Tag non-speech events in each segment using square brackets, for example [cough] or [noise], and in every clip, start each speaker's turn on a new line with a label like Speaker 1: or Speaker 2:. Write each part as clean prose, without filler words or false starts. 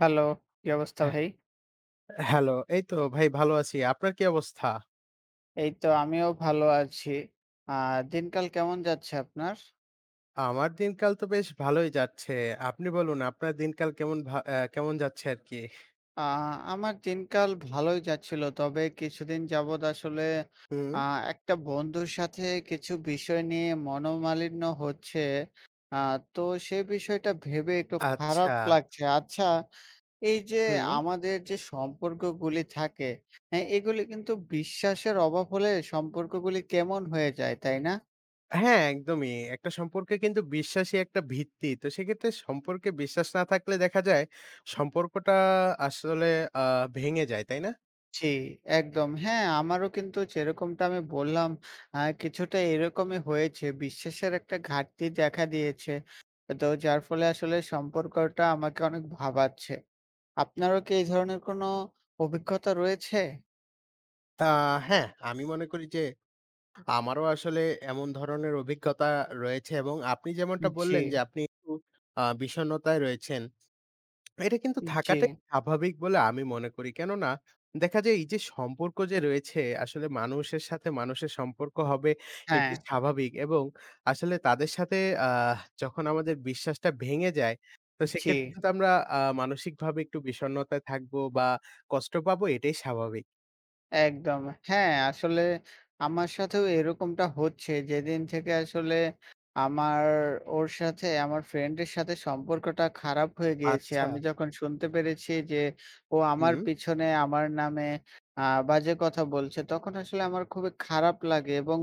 Speaker 1: Hello, কি অবস্থা
Speaker 2: হ্যাঁ,
Speaker 1: ভাই?
Speaker 2: হ্যালো। এই তো ভাই ভালো আছি। আপনার কি অবস্থা?
Speaker 1: এই তো আমিও ভালো আছি। আ দিনকাল কেমন যাচ্ছে আপনার?
Speaker 2: আমার দিনকাল তো বেশ ভালোই যাচ্ছে। আপনি বলুন আপনার দিনকাল কেমন ভা আ কেমন যাচ্ছে আরকি?
Speaker 1: আ আমার দিনকাল ভালোই যাচ্ছিল। তবে কিছুদিন যাবৎ আসলে
Speaker 2: হুম,
Speaker 1: আ একটা বন্ধুর সাথে কিছু বিষয় নিয়ে মনোমালিন্য হচ্ছে। আ তো সে বিষয়টা ভেবে একটু
Speaker 2: আচ্ছা।
Speaker 1: খারাপ লাগছে। আচ্ছা, এই যে
Speaker 2: হুম।
Speaker 1: আমাদের যে সম্পর্কগুলি থাকে, হ্যাঁ, এগুলি কিন্তু বিশ্বাসের অভাব হলে সম্পর্কগুলি কেমন হয়ে যায়, তাই না?
Speaker 2: হ্যাঁ, একদমই। একটা সম্পর্কে কিন্তু বিশ্বাসই একটা ভিত্তি। তো সেক্ষেত্রে সম্পর্কে বিশ্বাস না থাকলে দেখা যায় সম্পর্কটা আসলে আ ভেঙে যায়, তাই না?
Speaker 1: জি, একদম। হ্যাঁ, আমারও কিন্তু যেরকমটা আমি বললাম, কিছুটা এরকমই হয়েছে। বিশ্বাসের একটা ঘাটতি দেখা দিয়েছে। তো যার ফলে আসলে সম্পর্কটা আমাকে অনেক ভাবাচ্ছে। আপনারও কি এই ধরনের কোনো অভিজ্ঞতা রয়েছে?
Speaker 2: আ হ্যাঁ, আমি মনে করি যে আমারও আসলে এমন ধরনের অভিজ্ঞতা রয়েছে এবং আপনি যেমনটা
Speaker 1: জি,
Speaker 2: বললেন যে আপনি একটু বিষণ্ণতায় রয়েছেন। এটা কিন্তু
Speaker 1: জি,
Speaker 2: থাকাটাই স্বাভাবিক বলে আমি মনে করি। কেননা দেখা যায় এই যে সম্পর্ক যে রয়েছে আসলে মানুষের সাথে মানুষের সম্পর্ক হবে
Speaker 1: হ্যাঁ,
Speaker 2: এটি স্বাভাবিক এবং আসলে তাদের সাথে যখন আমাদের বিশ্বাসটা ভেঙে যায় তো
Speaker 1: জি।
Speaker 2: সেক্ষেত্রে কিন্তু আমরা মানসিকভাবে একটু বিষণ্ণতায় থাকবো বা কষ্ট পাবো এটাই স্বাভাবিক।
Speaker 1: একদম। হ্যাঁ, আসলে আমার সাথেও এরকমটা হচ্ছে। যেদিন থেকে আসলে আমার ওর সাথে আমার ফ্রেন্ডের সাথে সম্পর্কটা খারাপ হয়ে গিয়েছে।
Speaker 2: আচ্ছা।
Speaker 1: আমি যখন শুনতে পেরেছি যে ও আমার
Speaker 2: হুম।
Speaker 1: পিছনে আমার নামে বাজে কথা বলছে, তখন আসলে আমার খুবই খারাপ লাগে এবং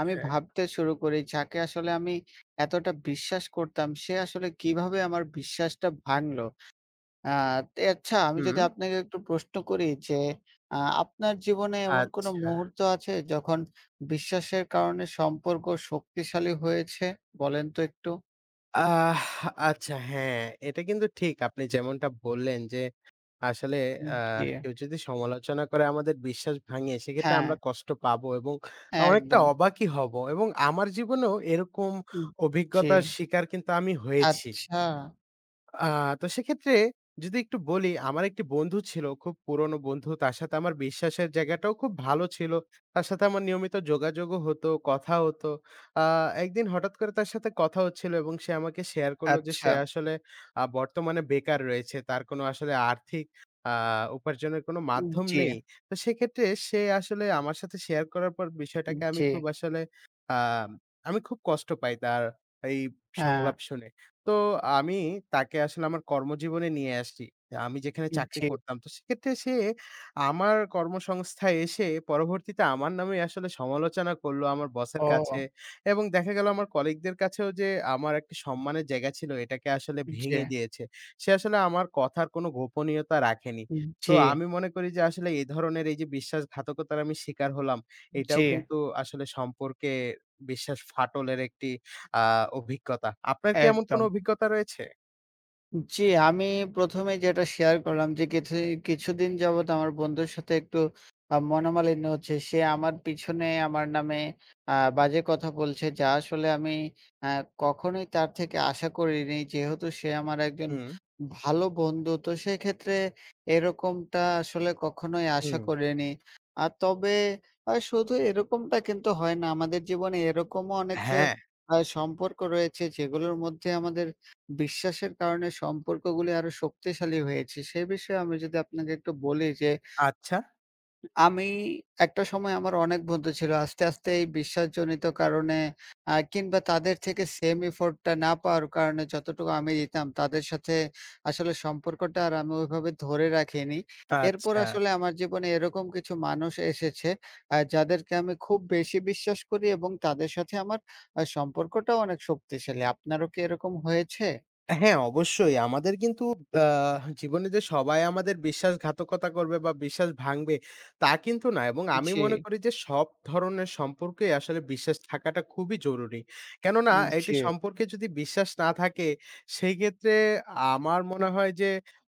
Speaker 1: আমি
Speaker 2: হ্যাঁ।
Speaker 1: ভাবতে শুরু করি যাকে আসলে আমি এতটা বিশ্বাস করতাম সে আসলে কিভাবে আমার বিশ্বাসটা ভাঙলো? আ তে আচ্ছা, আমি যদি
Speaker 2: হুম।
Speaker 1: আপনাকে একটু প্রশ্ন করি যে, আ আপনার জীবনে এমন কোনো
Speaker 2: আচ্ছা।
Speaker 1: মুহূর্ত আছে যখন বিশ্বাসের কারণে সম্পর্ক শক্তিশালী হয়েছে? বলেন তো একটু।
Speaker 2: আহ আচ্ছা হ্যাঁ, এটা কিন্তু ঠিক। আপনি যেমনটা বললেন যে আসলে
Speaker 1: উম জি।
Speaker 2: কেউ যদি সমালোচনা করে আমাদের বিশ্বাস ভাঙে সেক্ষেত্রে
Speaker 1: হ্যাঁ,
Speaker 2: আমরা কষ্ট পাবো এবং অনেকটা
Speaker 1: একদম।
Speaker 2: অবাকই হব। এবং আমার জীবনেও এরকম
Speaker 1: উম জি।
Speaker 2: অভিজ্ঞতার শিকার কিন্তু আমি হয়েছি।
Speaker 1: আচ্ছা,
Speaker 2: আ তো সেক্ষেত্রে যদি একটু বলি, আমার একটি বন্ধু ছিল, খুব পুরনো বন্ধু। তার সাথে আমার বিশ্বাসের জায়গাটাও খুব ভালো ছিল। তার সাথে আমার নিয়মিত যোগাযোগও হতো, কথা হতো। আ একদিন হঠাৎ করে তার সাথে কথা হচ্ছিল এবং সে আমাকে শেয়ার করল যে সে
Speaker 1: আচ্ছা।
Speaker 2: আসলে বর্তমানে বেকার রয়েছে। তার কোনো আসলে আর্থিক আ উপার্জনের কোনো
Speaker 1: উম
Speaker 2: মাধ্যম
Speaker 1: জি,
Speaker 2: নেই। তো সেক্ষেত্রে সে আসলে আমার সাথে শেয়ার করার পর বিষয়টাকে
Speaker 1: জি।
Speaker 2: আ আমি খুব কষ্ট পাই তার এই
Speaker 1: হ্যাঁ,
Speaker 2: সংলাপ শুনে। তো আমি তাকে আসলে আমার কর্মজীবনে নিয়ে আসি। আমি যেখানে চাকরি
Speaker 1: জি।
Speaker 2: করতাম। তো সেক্ষেত্রে সে আমার কর্মসংস্থায় এসে পরবর্তীতে আমার নামে আসলে সমালোচনা করলো আমার বসের কাছে
Speaker 1: ও
Speaker 2: এবং দেখা গেল আমার কলিগদের কাছেও যে আমার একটা সম্মানের জায়গা ছিল এটাকে আসলে
Speaker 1: জি,
Speaker 2: ভেঙে দিয়েছে। সে আসলে আমার কথার কোনো গোপনীয়তা রাখেনি। তো
Speaker 1: জি,
Speaker 2: আমি মনে করি যে আসলে এই ধরনের এই যে বিশ্বাসঘাতকতার আমি শিকার হলাম,
Speaker 1: জি।
Speaker 2: এটাও কিন্তু আসলে সম্পর্কে বিশ্বাস ফাটলের একটি আ অভিজ্ঞতা। আপনার কি এমন কোনো
Speaker 1: একদম।
Speaker 2: অভিজ্ঞতা রয়েছে?
Speaker 1: জি, আমি ১ম এ যেটা শেয়ার করলাম যে কিছুদিন যাবৎ আমার বন্ধুর সাথে একটু মনোমালিন্য হচ্ছে। সে আমার পিছনে আমার নামে বাজে কথা বলছে যা আসলে আমি আ কখনোই তার থেকে আশা করিনি। যেহেতু সে আমার একজন
Speaker 2: হুম,
Speaker 1: ভালো বন্ধু তো সেক্ষেত্রে এরকমটা আসলে কখনোই আশা
Speaker 2: হুম।
Speaker 1: করিনি। তবে শুধু এরকমটা কিন্তু হয় না। আমাদের জীবনে এরকমও অনেক
Speaker 2: হ্যাঁ,
Speaker 1: সম্পর্ক রয়েছে যেগুলোর মধ্যে আমাদের বিশ্বাসের কারণে সম্পর্কগুলি আরো শক্তিশালী হয়েছে। সে বিষয়ে আমি যদি আপনাকে একটু বলি যে,
Speaker 2: আচ্ছা,
Speaker 1: আমি একটা সময় আমার অনেক বন্ধু ছিল। আস্তে, আস্তে এই বিশ্বাসজনিত কারণে কিংবা তাদের থেকে সেম এফোর্ট টা না পাওয়ার কারণে যতটুকু আমি দিতাম, তাদের সাথে আসলে সম্পর্কটা আর আমি ওইভাবে ধরে রাখিনি। এরপর
Speaker 2: আচ্ছা।
Speaker 1: আসলে আমার জীবনে এরকম কিছু মানুষ এসেছে, যাদেরকে আমি খুব বেশি বিশ্বাস করি এবং তাদের সাথে আমার সম্পর্কটাও অনেক শক্তিশালী। আপনারও কি এরকম হয়েছে?
Speaker 2: হ্যাঁ, অবশ্যই। আমাদের কিন্তু আ জীবনে যে সবাই আমাদের বিশ্বাসঘাতকতা করবে বা বিশ্বাস ভাঙবে তা কিন্তু না এবং আমি
Speaker 1: জি।
Speaker 2: মনে করি যে সব ধরনের সম্পর্কেই আসলে বিশ্বাস থাকাটা খুবই জরুরি। কেননা একটি
Speaker 1: জি,
Speaker 2: সম্পর্কে যদি বিশ্বাস না থাকে সেইক্ষেত্রে আমার মনে হয় যে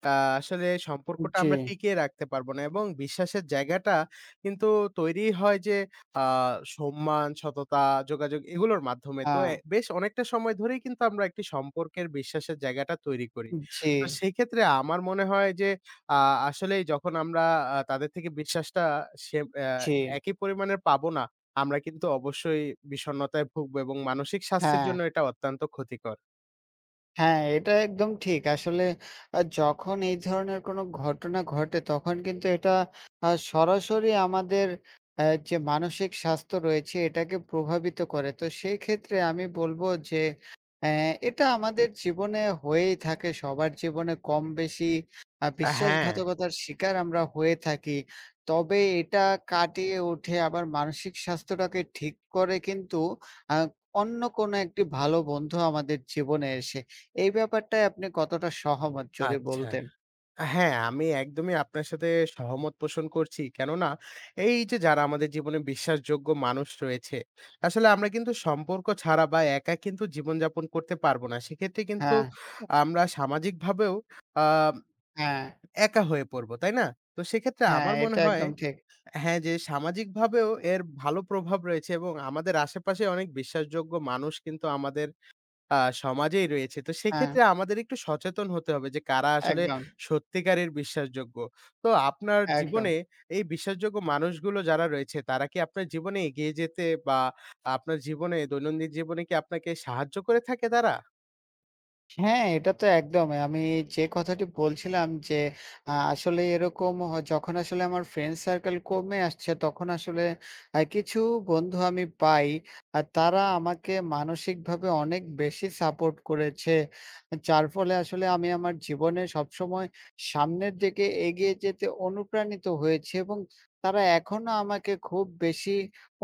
Speaker 2: আ আসলে সম্পর্কটা
Speaker 1: জি,
Speaker 2: আমরা টিকিয়ে রাখতে পারব না এবং বিশ্বাসের জায়গাটা কিন্তু তৈরি হয় যে আ সম্মান, সততা, যোগাযোগ এগুলোর মাধ্যমে। তো
Speaker 1: হ্যাঁ,
Speaker 2: এ বেশ অনেকটা সময় ধরেই কিন্তু আমরা একটি সম্পর্কের বিশ্বাসের জায়গাটা তৈরি করি।
Speaker 1: জি,
Speaker 2: তো সেক্ষেত্রে আমার মনে হয় যে আ আসলেই যখন আমরা তাদের থেকে বিশ্বাসটা সে আ
Speaker 1: জি,
Speaker 2: একই পরিমাণের পাবো না, আমরা কিন্তু অবশ্যই বিষণ্ণতায় ভুগবো এবং মানসিক স্বাস্থ্যের
Speaker 1: হ্যাঁ।
Speaker 2: জন্য এটা অত্যন্ত ক্ষতিকর।
Speaker 1: হ্যাঁ, এটা একদম ঠিক। আসলে যখন এই ধরনের কোনো ঘটনা ঘটে তখন কিন্তু এটা সরাসরি আমাদের যে মানসিক স্বাস্থ্য রয়েছে এটাকে প্রভাবিত করে। তো সেই ক্ষেত্রে আমি বলব যে অ্যা এটা আমাদের জীবনে হয়েই থাকে। সবার জীবনে কম বেশি
Speaker 2: হ্যাঁ,
Speaker 1: বিশ্বাসঘাতকতার শিকার আমরা হয়ে থাকি। তবে এটা কাটিয়ে উঠে আবার মানসিক স্বাস্থ্যটাকে ঠিক করে কিন্তু আ অন্য কোনো একটি ভালো বন্ধু আমাদের জীবনে এসে। এই ব্যাপারটায় আপনি কতটা সহমত যদি
Speaker 2: আচ্ছা।
Speaker 1: বলতেন?
Speaker 2: হ্যাঁ, আমি একদমই আপনার সাথে সহমত পোষণ করছি। কেননা এই যে যারা আমাদের জীবনে বিশ্বাসযোগ্য মানুষ রয়েছে, আসলে আমরা কিন্তু সম্পর্ক ছাড়া বা একা কিন্তু জীবনযাপন করতে পারবো না। সেক্ষেত্রে কিন্তু
Speaker 1: হ্যাঁ,
Speaker 2: আমরা সামাজিকভাবেও আ
Speaker 1: হ্যাঁ,
Speaker 2: একা হয়ে পড়বো, তাই না? তো সেক্ষেত্রে
Speaker 1: হ্যাঁ,
Speaker 2: আমার মনে
Speaker 1: এটা
Speaker 2: হয়
Speaker 1: একদম ঠিক।
Speaker 2: হ্যাঁ, যে সামাজিকভাবেও এর ভালো প্রভাব রয়েছে এবং আমাদের আশেপাশে অনেক বিশ্বাসযোগ্য মানুষ কিন্তু আমাদের আ সমাজেই রয়েছে। তো
Speaker 1: হ্যাঁ,
Speaker 2: সেক্ষেত্রে আমাদের একটু সচেতন হতে হবে যে কারা আসলে
Speaker 1: একদম,
Speaker 2: সত্যিকারের বিশ্বাসযোগ্য। তো আপনার
Speaker 1: একদম।
Speaker 2: জীবনে এই বিশ্বাসযোগ্য মানুষগুলো যারা রয়েছে তারা কি আপনার জীবনে এগিয়ে যেতে বা আপনার জীবনে দৈনন্দিন জীবনে কি আপনাকে সাহায্য করে থাকে তারা?
Speaker 1: হ্যাঁ, এটা তো একদম। আমি যে কথাটি বলছিলাম যে আসলে এরকম হ যখন আসলে আমার ফ্রেন্ড সার্কেল কমে আসছে তখন আসলে কিছু বন্ধু আমি পাই। আর তারা আমাকে মানসিকভাবে অনেক বেশি সাপোর্ট করেছে। যার ফলে আসলে আমি আমার জীবনে সবসময় সামনের দিকে এগিয়ে যেতে অনুপ্রাণিত হয়েছি এবং তারা এখনো আমাকে খুব বেশি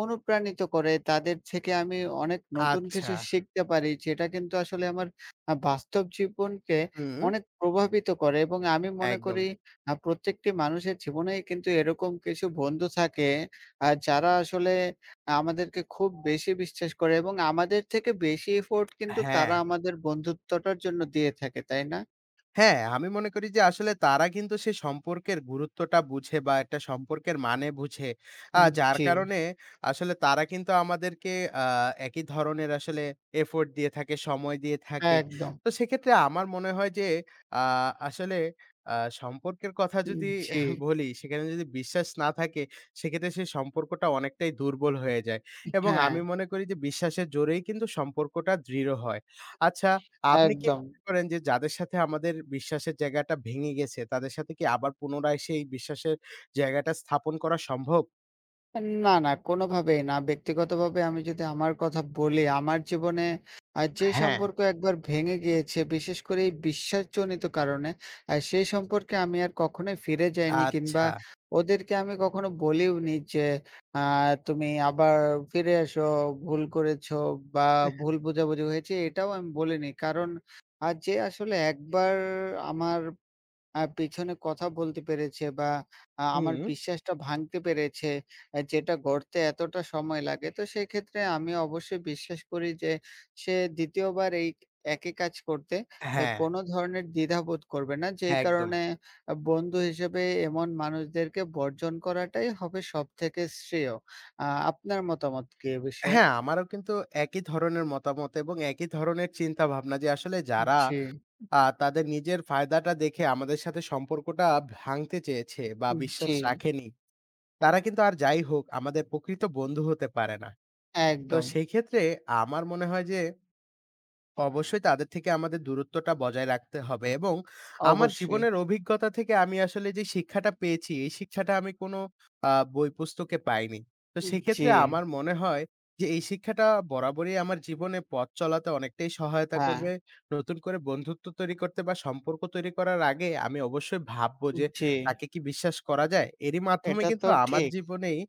Speaker 1: অনুপ্রাণিত করে। তাদের থেকে আমি অনেক নতুন
Speaker 2: আচ্ছা।
Speaker 1: কিছু শিখতে পারি যেটা কিন্তু আসলে আমার বাস্তব জীবনকে
Speaker 2: হুম,
Speaker 1: অনেক প্রভাবিত করে এবং আমি মনে
Speaker 2: একদম।
Speaker 1: করি প্রত্যেকটি মানুষের জীবনেই কিন্তু এরকম কিছু বন্ধু থাকে যারা আসলে আমাদেরকে খুব বেশি বিশ্বাস করে এবং আমাদের থেকে বেশি এফোর্ট কিন্তু
Speaker 2: হ্যাঁ।
Speaker 1: তারা আমাদের বন্ধুত্বটার জন্য দিয়ে থাকে, তাই না?
Speaker 2: হ্যাঁ, আমি মনে করি যে আসলে তারা কিন্তু সেই সম্পর্কের গুরুত্বটা বুঝে বা একটা সম্পর্কের মানে বুঝে।
Speaker 1: উম
Speaker 2: যার
Speaker 1: জি,
Speaker 2: কারণে আসলে তারা কিন্তু আমাদেরকে আ একই ধরনের আসলে এফোর্ট দিয়ে থাকে, সময় দিয়ে থাকে।
Speaker 1: একদম।
Speaker 2: তো সেক্ষেত্রে আমার মনে হয় যে আ আসলে আ সম্পর্কের কথা
Speaker 1: উম
Speaker 2: যদি
Speaker 1: জি,
Speaker 2: বলি, সেখানে যদি বিশ্বাস না থাকে, সেক্ষেত্রে সেই সম্পর্কটা অনেকটাই দুর্বল হয়ে যায়। এবং
Speaker 1: হ্যাঁ,
Speaker 2: আমি মনে করি যে বিশ্বাসের জোরেই কিন্তু সম্পর্কটা দৃঢ় হয়। আচ্ছা, আপনি কি
Speaker 1: একদম।
Speaker 2: করেন যে যাদের সাথে আমাদের বিশ্বাসের জায়গাটা ভেঙে গেছে, তাদের সাথে কি আবার পুনরায় সেই বিশ্বাসের জায়গাটা স্থাপন করা সম্ভব?
Speaker 1: না, না কোনোভাবেই না। ব্যক্তিগতভাবে আমি যদি আমার কথা বলি, আমার জীবনে যে
Speaker 2: হ্যাঁ।
Speaker 1: সম্পর্ক একবার ভেঙে গিয়েছে, বিশেষ করে এই বিশ্বাসজনিত কারণে, সেই সম্পর্কে আমি আর কখনোই ফিরে যাইনি কিংবা
Speaker 2: আচ্ছা।
Speaker 1: ওদেরকে আমি কখনো বলিওনি যে, আ "তুমি আবার ফিরে এসো, ভুল করেছো" বা "ভুল বোঝাবুঝি হয়েছে" এটাও আমি বলিনি। কারণ যে আসলে একবার আমার পেছনে কথা বলতে পেরেছে বা আমার
Speaker 2: হুম,
Speaker 1: বিশ্বাসটা ভাঙতে পেরেছে, যেটা গড়তে এতটা সময় লাগে। তো সেক্ষেত্রে আমি অবশ্যই বিশ্বাস করি যে সে ২য় বার এই একই কাজ করতে
Speaker 2: হ্যাঁ,
Speaker 1: কোনো ধরনের দ্বিধাবোধ করবে না। যেই
Speaker 2: একদম।
Speaker 1: কারণে বন্ধু হিসেবে এমন মানুষদেরকে বর্জন করাটাই হবে সবথেকে শ্রেয়। আ আপনার মতামত কি এ বিষয়ে?
Speaker 2: হ্যাঁ, আমারও কিন্তু একই ধরনের মতামত এবং একই ধরনের চিন্তাভাবনা যে আসলে যারা
Speaker 1: জি,
Speaker 2: তাদের নিজের ফায়দাটা দেখে আমাদের সাথে সম্পর্কটা ভাঙতে চেয়েছে বা বিশ্বাস
Speaker 1: জি,
Speaker 2: রাখেনি, তারা কিন্তু আর যাই হোক আমাদের প্রকৃত বন্ধু হতে পারে না। তো
Speaker 1: একদম।
Speaker 2: সেই ক্ষেত্রে আমার মনে হয় যে অবশ্যই তাদের থেকে আমাদের দূরত্বটা বজায় রাখতে হবে এবং আমার
Speaker 1: অবশ্যই।
Speaker 2: জীবনের অভিজ্ঞতা থেকে আমি আসলে যে শিক্ষাটা পেয়েছি, এই শিক্ষাটা আমি কোনো বই পুস্তকে পাইনি। তো
Speaker 1: জি,
Speaker 2: সেক্ষেত্রে আমার মনে হয় যে এই শিক্ষাটা বরাবরই আমার জীবনে পথ চলাতে অনেকটাই সহায়তা
Speaker 1: হ্যাঁ,
Speaker 2: করবে। নতুন করে বন্ধুত্ব তৈরি করতে বা সম্পর্ক তৈরি করার আগে আমি অবশ্যই ভাববো যে
Speaker 1: জি।
Speaker 2: তাকে কি বিশ্বাস করা যায়? এরই মাধ্যমে
Speaker 1: এটা
Speaker 2: কিন্তু
Speaker 1: তো
Speaker 2: আমার
Speaker 1: ঠিক।
Speaker 2: জীবনেই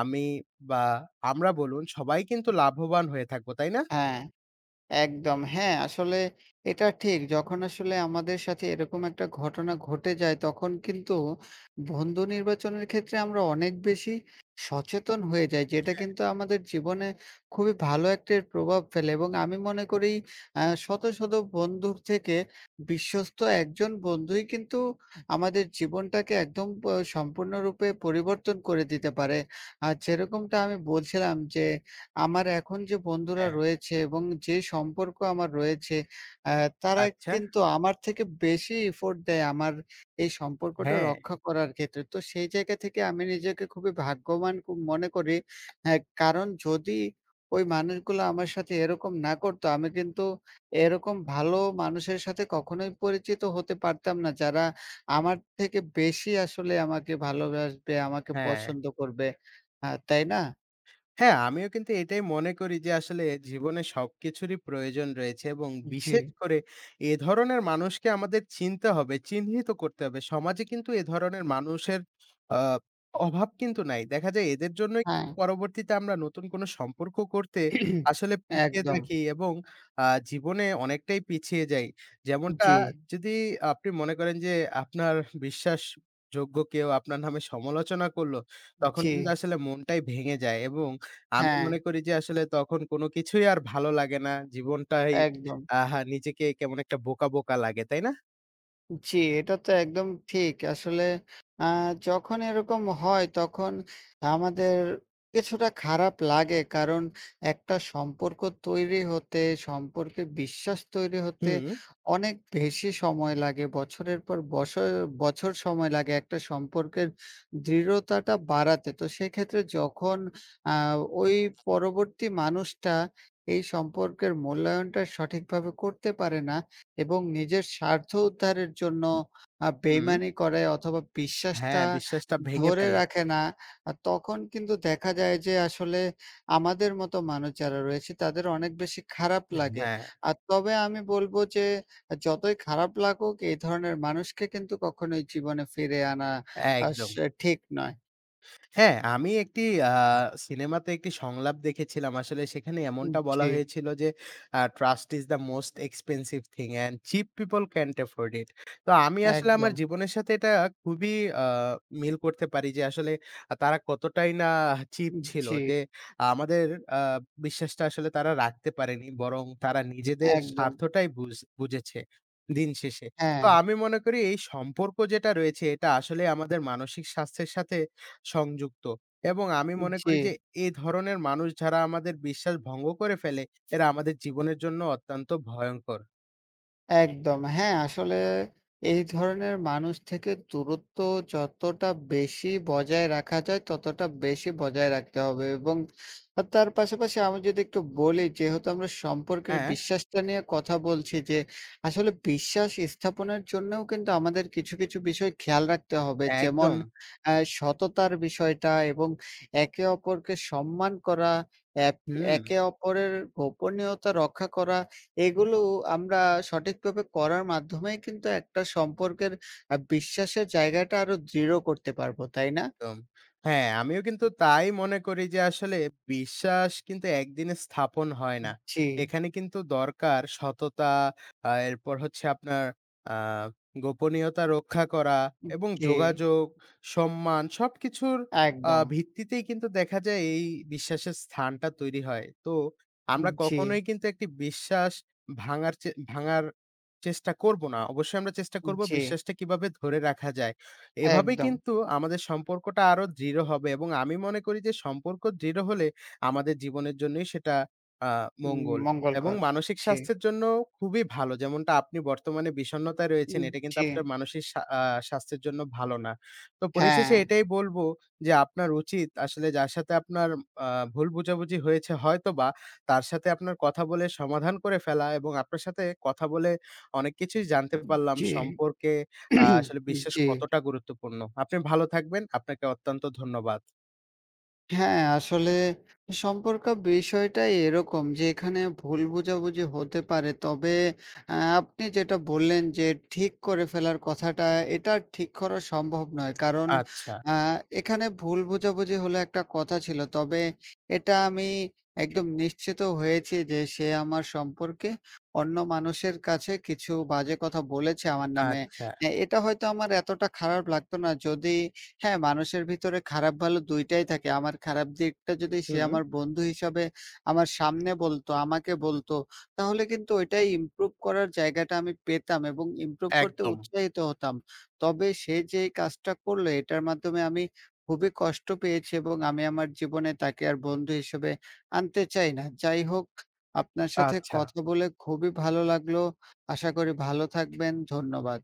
Speaker 2: আমি বা আমরা বলুন সবাই কিন্তু লাভবান হয়ে থাকবো, তাই না?
Speaker 1: হ্যাঁ, একদম। হ্যাঁ, আসলে এটা ঠিক। যখন আসলে আমাদের সাথে এরকম একটা ঘটনা ঘটে যায়, তখন কিন্তু বন্ধু নির্বাচনের ক্ষেত্রে আমরা অনেক বেশি সচেতন হয়ে যাই। যেটা কিন্তু আমাদের জীবনে খুবই ভালো একটা প্রভাব ফেলে এবং আমি মনে করি শত, শত বন্ধুর থেকে বিশ্বস্ত একজন বন্ধুই কিন্তু আমাদের জীবনটাকে একদম সম্পূর্ণরূপে পরিবর্তন করে দিতে পারে। আর যেরকমটা আমি বলছিলাম যে আমার এখন যে বন্ধুরা
Speaker 2: হ্যাঁ,
Speaker 1: রয়েছে এবং যে সম্পর্ক আমার রয়েছে, অ্যা তারা
Speaker 2: আচ্ছা।
Speaker 1: কিন্তু আমার থেকে বেশি এফোর্ট দেয় আমার এই সম্পর্কটা
Speaker 2: হ্যাঁ,
Speaker 1: রক্ষা করার ক্ষেত্রে। তো সেই জায়গা থেকে আমি নিজেকে খুবই ভাগ্যবান মনে করি। হ্যাঁ, কারণ যদি ওই মানুষগুলো আমার সাথে এরকম না করতো, আমি কিন্তু এরকম ভালো মানুষের সাথে কখনোই পরিচিত হতে পারতাম না। যারা আমার থেকে বেশি আসলে আমাকে ভালোবাসবে, আমাকে
Speaker 2: হ্যাঁ।
Speaker 1: পছন্দ করবে। তাই না?
Speaker 2: হ্যাঁ, আমিও কিন্তু এটাই মনে করি যে আসলে জীবনে সবকিছুরই প্রয়োজন রয়েছে এবং
Speaker 1: জি।
Speaker 2: বিশেষ করে এ ধরনের মানুষকে আমাদের চিনতে হবে, চিহ্নিত করতে হবে। সমাজে কিন্তু এ ধরনের মানুষের আ অভাব কিন্তু নাই। দেখা যায় এদের জন্যই
Speaker 1: হ্যাঁ।
Speaker 2: কিন্তু পরবর্তীতে আমরা নতুন কোনো সম্পর্ক করতে আসলে পিছিয়ে
Speaker 1: একদম।
Speaker 2: থাকি এবং জীবনে অনেকটাই পিছিয়ে যাই। যেমনটা
Speaker 1: জি,
Speaker 2: যদি আপনি মনে করেন যে আপনার বিশ্বাসযোগ্য কেউ আপনার নামে সমালোচনা করলো, তখন
Speaker 1: জি।
Speaker 2: কিন্তু আসলে মনটাই ভেঙে যায় এবং আমি
Speaker 1: হ্যাঁ,
Speaker 2: মনে করি যে আসলে তখন কোনো কিছুই আর ভালো লাগে না। জীবনটাই
Speaker 1: একদম।
Speaker 2: আহা নিজেকে কেমন একটা বোকা, বোকা লাগে। তাই না?
Speaker 1: জি, এটা তো একদম ঠিক। আসলে আ যখন এরকম হয় তখন আমাদের কিছুটা খারাপ লাগে। কারণ একটা সম্পর্ক তৈরি হতে, সম্পর্কে বিশ্বাস তৈরি হতে
Speaker 2: হুম।
Speaker 1: অনেক বেশি সময় লাগে। বছরের পর বছর, বছর সময় লাগে একটা সম্পর্কের দৃঢ়তাটা বাড়াতে। তো সেক্ষেত্রে যখন আ ওই পরবর্তী মানুষটা এই সম্পর্কের মূল্যায়নটা সঠিকভাবে করতে পারে না এবং নিজের স্বার্থ উদ্ধারের জন্য
Speaker 2: হুম।
Speaker 1: বেইমানি করে অথবা বিশ্বাসটা
Speaker 2: হ্যাঁ, বিশ্বাসটা ভেঙে
Speaker 1: ধরে
Speaker 2: ফেলে।
Speaker 1: রাখে না, তখন কিন্তু দেখা যায় যে আসলে আমাদের মতো মানুষ যারা রয়েছে তাদের অনেক বেশি খারাপ লাগে।
Speaker 2: হ্যাঁ,
Speaker 1: আর তবে আমি বলব যে যতই খারাপ লাগুক এই ধরনের মানুষকে কিন্তু কখনোই জীবনে ফিরে আনা আস
Speaker 2: একদম।
Speaker 1: ঠিক নয়।
Speaker 2: হ্যাঁ, আমি একটি আ সিনেমাতে একটি সংলাপ দেখেছিলাম। আসলে সেখানে এমনটা বলা
Speaker 1: জি,
Speaker 2: হয়েছিল যে, "Trust is the most expensive thing and cheap people can't afford it." তো আমি আসলে আমার
Speaker 1: একদম।
Speaker 2: জীবনের সাথে এটা খুবই আ মিল করতে পারি যে, আসলে তারা কতটাই না চিপ ছিল
Speaker 1: জি,
Speaker 2: যে, আমাদের আ বিশ্বাসটা আসলে তারা রাখতে পারেনি। বরং তারা নিজেদের
Speaker 1: একদম।
Speaker 2: স্বার্থটাই বুঝেছে দিন শেষে। তো
Speaker 1: হ্যাঁ,
Speaker 2: আমি মনে করি এই সম্পর্ক যেটা রয়েছে, এটা আসলে আমাদের মানসিক স্বাস্থ্যের সাথে সংযুক্ত এবং আমি মনে
Speaker 1: জি।
Speaker 2: করি যে এই ধরনের মানুষ যারা আমাদের বিশ্বাস ভঙ্গ করে ফেলে, এরা আমাদের জীবনের জন্য অত্যন্ত ভয়ংকর।
Speaker 1: একদম। হ্যাঁ, আসলে এই ধরনের মানুষ থেকে দূরত্ব যতটা বেশি বজায় রাখা যায়, ততটা বেশি বজায় রাখতে হবে এবং তার পাশাপাশি আমি যদি একটু বলি, যেহেতু আমরা সম্পর্কের
Speaker 2: হ্যাঁ,
Speaker 1: বিশ্বাসটা নিয়ে কথা বলছি যে, আসলে বিশ্বাস স্থাপনের জন্যও কিন্তু আমাদের কিছু, কিছু বিষয় খেয়াল রাখতে হবে। যেমন
Speaker 2: একদম।
Speaker 1: আ সততার বিষয়টা এবং একে অপরকে সম্মান করা, এক
Speaker 2: হুম।
Speaker 1: একে অপরের গোপনীয়তা রক্ষা করা। এগুলো আমরা সঠিকভাবে করার মাধ্যমেই কিন্তু একটা সম্পর্কের বিশ্বাসের জায়গাটা আরো দৃঢ় করতে পারবো, তাই না?
Speaker 2: একদম। হ্যাঁ, আমিও কিন্তু তাই মনে করি যে আসলে বিশ্বাস কিন্তু একদিনে স্থাপন হয় না।
Speaker 1: জি,
Speaker 2: এখানে কিন্তু দরকার সততা, এরপর হচ্ছে আপনার আ গোপনীয়তা রক্ষা করা এবং
Speaker 1: জি,
Speaker 2: যোগাযোগ, সম্মান সবকিছুর
Speaker 1: একদম।
Speaker 2: ভিত্তিতেই কিন্তু দেখা যায় এই বিশ্বাসের স্থানটা তৈরি হয়। তো আমরা
Speaker 1: জি,
Speaker 2: কখনোই কিন্তু একটি বিশ্বাস ভাঙার চেষ্টা করব না। অবশ্যই আমরা চেষ্টা করব
Speaker 1: জি,
Speaker 2: বিশ্বাসটা কিভাবে ধরে রাখা যায়। এভাবেই
Speaker 1: একদম।
Speaker 2: কিন্তু আমাদের সম্পর্কটা আরো দৃঢ় হবে এবং আমি মনে করি যে সম্পর্ক দৃঢ় হলে আমাদের জীবনের জন্যই সেটা আ
Speaker 1: উম
Speaker 2: মঙ্গল এবং
Speaker 1: মঙ্গলকর।
Speaker 2: মানসিক
Speaker 1: জি,
Speaker 2: স্বাস্থ্যের জন্য খুবই ভালো। যেমনটা আপনি বর্তমানে বিষণ্ণতায় রয়েছেন,
Speaker 1: উম,
Speaker 2: এটা কিন্তু
Speaker 1: জি,
Speaker 2: আপনার মানসিক সা আ স্বাস্থ্যের জন্য ভালো না। তো
Speaker 1: হ্যাঁ,
Speaker 2: পরিশেষে এটাই বলব যে আপনার উচিত আসলে যার সাথে আপনার আ ভুল বোঝাবুঝি হয়েছে হয়তোবা তার সাথে আপনার কথা বলে সমাধান করে ফেলা এবং আপনার সাথে কথা বলে অনেক কিছুই জানতে পারলাম
Speaker 1: জি,
Speaker 2: সম্পর্কে আসলে
Speaker 1: [clears throat]
Speaker 2: বিশ্বাস
Speaker 1: জি।
Speaker 2: কতটা গুরুত্বপূর্ণ। আপনি ভালো থাকবেন। আপনাকে অত্যন্ত ধন্যবাদ।
Speaker 1: হ্যাঁ, আসলে সম্পর্ক বিষয়টাই এরকম যে এখানে ভুল বোঝাবুঝি হতে পারে। তবে আপনি যেটা বললেন যে ঠিক করে ফেলার কথাটা, এটা ঠিক করা সম্ভব নয়। কারণ
Speaker 2: আচ্ছা,
Speaker 1: আ এখানে ভুল বোঝাবুঝি হলে একটা কথা ছিল। তবে এটা আমি একদম নিশ্চিত হয়েছি যে সে আমার সম্পর্কে অন্য মানুষের কাছে কিছু বাজে কথা বলেছে আমার নামে।
Speaker 2: আচ্ছা।
Speaker 1: এটা হয়তো আমার এতটা খারাপ লাগতো না যদি হ্যাঁ, মানুষের ভিতরে খারাপ ভালো ২ টাই থাকে। আমার খারাপ দিকটা যদি সে
Speaker 2: হুম।
Speaker 1: আমার বন্ধু হিসাবে আমার সামনে বলতো, আমাকে বলতো, তাহলে কিন্তু ওইটাই ইমপ্রুভ করার জায়গাটা আমি পেতাম এবং ইমপ্রুভ করতে
Speaker 2: একদম।
Speaker 1: উৎসাহিত হতাম। তবে সে যে এই কাজটা করলো এটার মাধ্যমে আমি খুবই কষ্ট পেয়েছি এবং আমি আমার জীবনে তাকে আর বন্ধু হিসেবে আনতে চাই না। যাই হোক, আপনার সাথে
Speaker 2: আচ্ছা।
Speaker 1: কথা বলে খুবই ভালো লাগলো। আশা করি ভালো থাকবেন। ধন্যবাদ।